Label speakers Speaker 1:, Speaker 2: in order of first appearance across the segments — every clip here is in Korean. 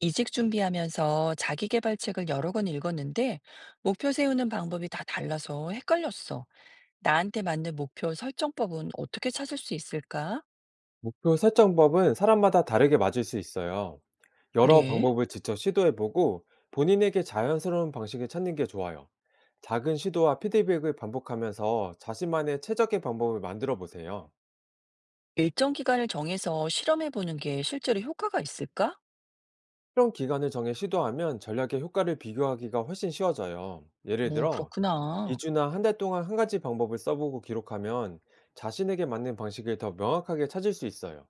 Speaker 1: 이직 준비하면서 자기계발책을 여러 권 읽었는데 목표 세우는 방법이 다 달라서 헷갈렸어. 나한테 맞는 목표 설정법은 어떻게 찾을 수 있을까?
Speaker 2: 목표 설정법은 사람마다 다르게 맞을 수 있어요. 여러
Speaker 1: 그래?
Speaker 2: 방법을 직접 시도해보고 본인에게 자연스러운 방식을 찾는 게 좋아요. 작은 시도와 피드백을 반복하면서 자신만의 최적의 방법을 만들어 보세요.
Speaker 1: 일정 기간을 정해서 실험해 보는 게 실제로 효과가 있을까?
Speaker 2: 필런 기간을 정해 시도하면 전략의 효과를 비교하기가 훨씬 쉬워져요. 예를
Speaker 1: 오,
Speaker 2: 들어,
Speaker 1: 그렇구나.
Speaker 2: 2주나 한 달 동안 한 가지 방법을 써보고 기록하면 자신에게 맞는 방식을 더 명확하게 찾을 수 있어요.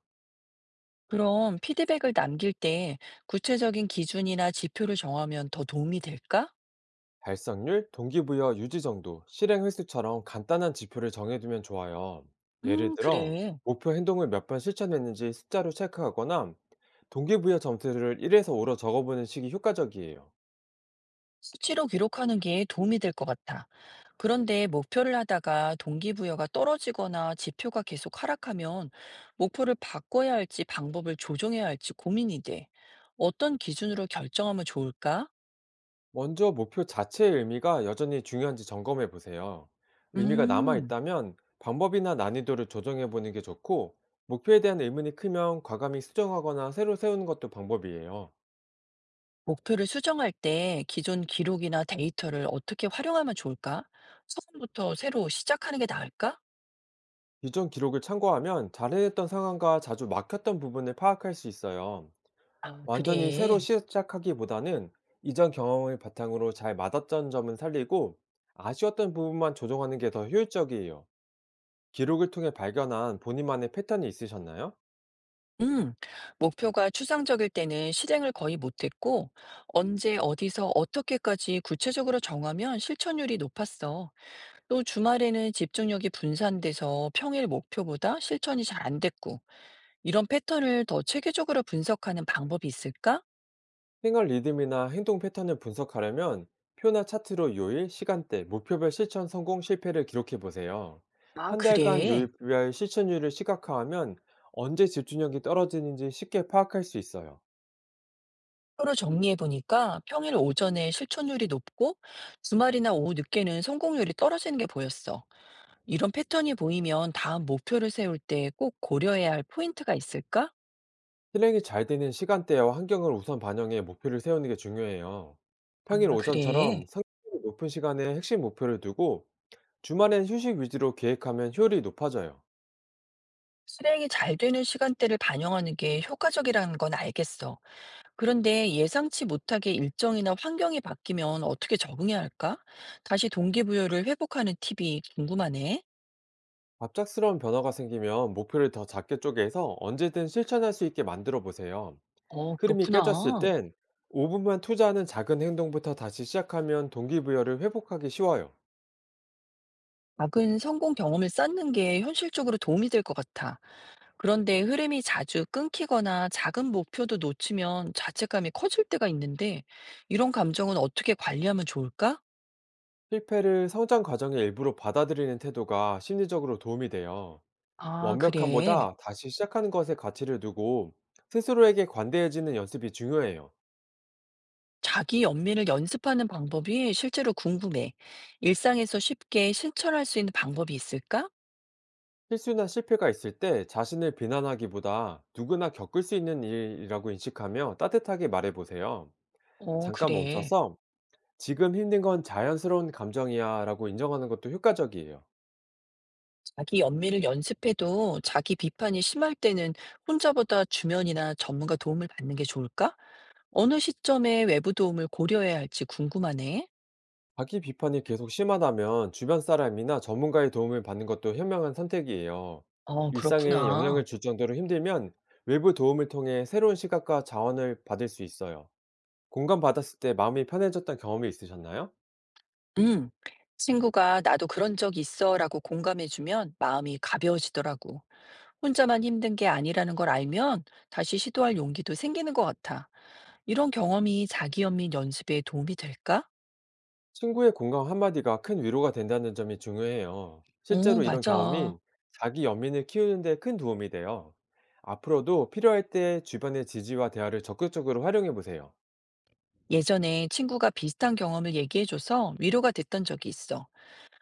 Speaker 1: 그럼 피드백을 남길 때 구체적인 기준이나 지표를 정하면 더 도움이 될까?
Speaker 2: 달성률, 동기부여 유지 정도, 실행 횟수처럼 간단한 지표를 정해두면 좋아요. 예를 들어,
Speaker 1: 그래.
Speaker 2: 목표 행동을 몇 번 실천했는지 숫자로 체크하거나, 동기부여 점수를 1에서 5로 적어보는 식이 효과적이에요.
Speaker 1: 수치로 기록하는 게 도움이 될 것 같아. 그런데 목표를 하다가 동기부여가 떨어지거나 지표가 계속 하락하면 목표를 바꿔야 할지 방법을 조정해야 할지 고민이 돼. 어떤 기준으로 결정하면 좋을까?
Speaker 2: 먼저 목표 자체의 의미가 여전히 중요한지 점검해 보세요. 의미가
Speaker 1: 음,
Speaker 2: 남아있다면 방법이나 난이도를 조정해 보는 게 좋고, 목표에 대한 의문이 크면 과감히 수정하거나 새로 세우는 것도 방법이에요.
Speaker 1: 목표를 수정할 때 기존 기록이나 데이터를 어떻게 활용하면 좋을까? 처음부터 새로 시작하는 게 나을까?
Speaker 2: 이전 기록을 참고하면 잘해냈던 상황과 자주 막혔던 부분을 파악할 수 있어요.
Speaker 1: 아,
Speaker 2: 완전히 새로
Speaker 1: 그래.
Speaker 2: 시작하기보다는 이전 경험을 바탕으로 잘 맞았던 점은 살리고 아쉬웠던 부분만 조정하는 게 더 효율적이에요. 기록을 통해 발견한 본인만의 패턴이 있으셨나요?
Speaker 1: 음, 목표가 추상적일 때는 실행을 거의 못했고, 언제, 어디서, 어떻게까지 구체적으로 정하면 실천율이 높았어. 또 주말에는 집중력이 분산돼서 평일 목표보다 실천이 잘 안 됐고, 이런 패턴을 더 체계적으로 분석하는 방법이 있을까?
Speaker 2: 생활 리듬이나 행동 패턴을 분석하려면 표나 차트로 요일, 시간대, 목표별 실천 성공 실패를 기록해 보세요.
Speaker 1: 아,
Speaker 2: 한 달간
Speaker 1: 그래.
Speaker 2: 요일별 실천율을 시각화하면 언제 집중력이 떨어지는지 쉽게 파악할 수 있어요.
Speaker 1: 표로 정리해보니까 평일 오전에 실천율이 높고, 주말이나 오후 늦게는 성공률이 떨어지는 게 보였어. 이런 패턴이 보이면 다음 목표를 세울 때 꼭 고려해야 할 포인트가 있을까?
Speaker 2: 실행이 잘 되는 시간대와 환경을 우선 반영해 목표를 세우는 게 중요해요. 평일
Speaker 1: 아, 그래.
Speaker 2: 오전처럼 성격이 높은 시간에 핵심 목표를 두고 주말엔 휴식 위주로 계획하면 효율이 높아져요.
Speaker 1: 실행이 잘 되는 시간대를 반영하는 게 효과적이라는 건 알겠어. 그런데 예상치 못하게 일정이나 환경이 바뀌면 어떻게 적응해야 할까? 다시 동기부여를 회복하는 팁이 궁금하네.
Speaker 2: 갑작스러운 변화가 생기면 목표를 더 작게 쪼개서 언제든 실천할 수 있게 만들어 보세요.
Speaker 1: 어,
Speaker 2: 흐름이 깨졌을
Speaker 1: 그렇구나.
Speaker 2: 땐 5분만 투자하는 작은 행동부터 다시 시작하면 동기부여를 회복하기 쉬워요.
Speaker 1: 작은 성공 경험을 쌓는 게 현실적으로 도움이 될 것 같아. 그런데 흐름이 자주 끊기거나 작은 목표도 놓치면 자책감이 커질 때가 있는데, 이런 감정은 어떻게 관리하면 좋을까?
Speaker 2: 실패를 성장 과정의 일부로 받아들이는 태도가 심리적으로 도움이 돼요.
Speaker 1: 아, 그래.
Speaker 2: 완벽함보다 다시 시작하는 것에 가치를 두고 스스로에게 관대해지는 연습이 중요해요.
Speaker 1: 자기 연민을 연습하는 방법이 실제로 궁금해. 일상에서 쉽게 실천할 수 있는 방법이 있을까?
Speaker 2: 실수나 실패가 있을 때 자신을 비난하기보다 누구나 겪을 수 있는 일이라고 인식하며 따뜻하게 말해보세요.
Speaker 1: 어,
Speaker 2: 잠깐
Speaker 1: 그래.
Speaker 2: 멈춰서 지금 힘든 건 자연스러운 감정이야 라고 인정하는 것도 효과적이에요.
Speaker 1: 자기 연민을 연습해도 자기 비판이 심할 때는 혼자보다 주변이나 전문가 도움을 받는 게 좋을까? 어느 시점에 외부 도움을 고려해야 할지 궁금하네.
Speaker 2: 자기 비판이 계속 심하다면 주변 사람이나 전문가의 도움을 받는 것도 현명한 선택이에요.
Speaker 1: 어,
Speaker 2: 일상에
Speaker 1: 그렇구나.
Speaker 2: 영향을 줄 정도로 힘들면 외부 도움을 통해 새로운 시각과 자원을 받을 수 있어요. 공감받았을 때 마음이 편해졌던 경험이 있으셨나요?
Speaker 1: 음. 친구가 나도 그런 적 있어 라고 공감해주면 마음이 가벼워지더라고. 혼자만 힘든 게 아니라는 걸 알면 다시 시도할 용기도 생기는 것 같아. 이런 경험이 자기연 민 연습에 도움이 될까?
Speaker 2: 친구의 공감 한마디가 큰 위로가 된다는 점이 중요해요.
Speaker 1: 어,
Speaker 2: 실제로 이런
Speaker 1: 맞아.
Speaker 2: 경험이 자기 연민을 키우는 데 큰 도움이 돼요. 앞으로도 필요할 때 주변의 지지와 대화를 적극적으로 활용해 보세요.
Speaker 1: 예전에 친구가 비슷한 경험을 얘기해줘서 위로가 됐던 적이 있어.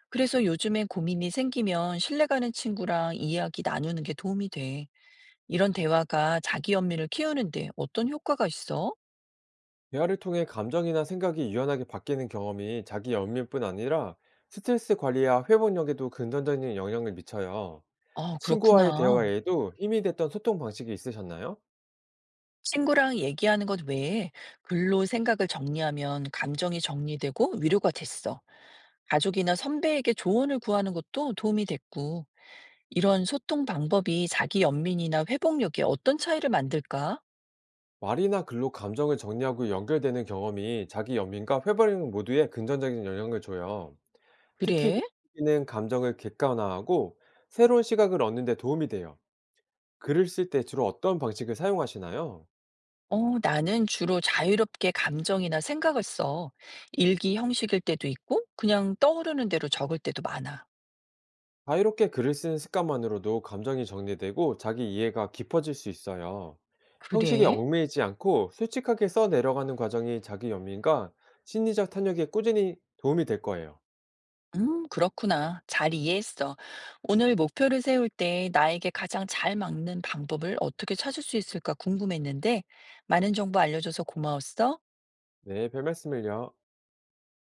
Speaker 1: 그래서 요즘에 고민이 생기면 신뢰가는 친구랑 이야기 나누는 게 도움이 돼. 이런 대화가 자기 연민을 키우는데 어떤 효과가 있어?
Speaker 2: 대화를 통해 감정이나 생각이 유연하게 바뀌는 경험이 자기 연민뿐 아니라 스트레스 관리와 회복력에도 긍정적인 영향을 미쳐요.
Speaker 1: 아,
Speaker 2: 친구와의
Speaker 1: 그렇구나.
Speaker 2: 대화에도 힘이 됐던 소통 방식이 있으셨나요?
Speaker 1: 친구랑 얘기하는 것 외에 글로 생각을 정리하면 감정이 정리되고 위로가 됐어. 가족이나 선배에게 조언을 구하는 것도 도움이 됐고. 이런 소통 방법이 자기 연민이나 회복력에 어떤 차이를 만들까?
Speaker 2: 말이나 글로 감정을 정리하고 연결되는 경험이 자기 연민과 회버링 모두에 긍정적인 영향을 줘요. 특히
Speaker 1: 그래?
Speaker 2: 글쓰기는 감정을 객관화하고 새로운 시각을 얻는 데 도움이 돼요. 글을 쓸 때 주로 어떤 방식을 사용하시나요?
Speaker 1: 어, 나는 주로 자유롭게 감정이나 생각을 써. 일기 형식일 때도 있고, 그냥 떠오르는 대로 적을 때도 많아.
Speaker 2: 자유롭게 글을 쓰는 습관만으로도 감정이 정리되고 자기 이해가 깊어질 수 있어요. 형식에
Speaker 1: 그래?
Speaker 2: 얽매이지 않고 솔직하게 써 내려가는 과정이 자기 연민과 심리적 탄력에 꾸준히 도움이 될 거예요.
Speaker 1: 그렇구나. 잘 이해했어. 오늘 목표를 세울 때 나에게 가장 잘 맞는 방법을 어떻게 찾을 수 있을까 궁금했는데, 많은 정보 알려줘서 고마웠어.
Speaker 2: 네, 별 말씀을요.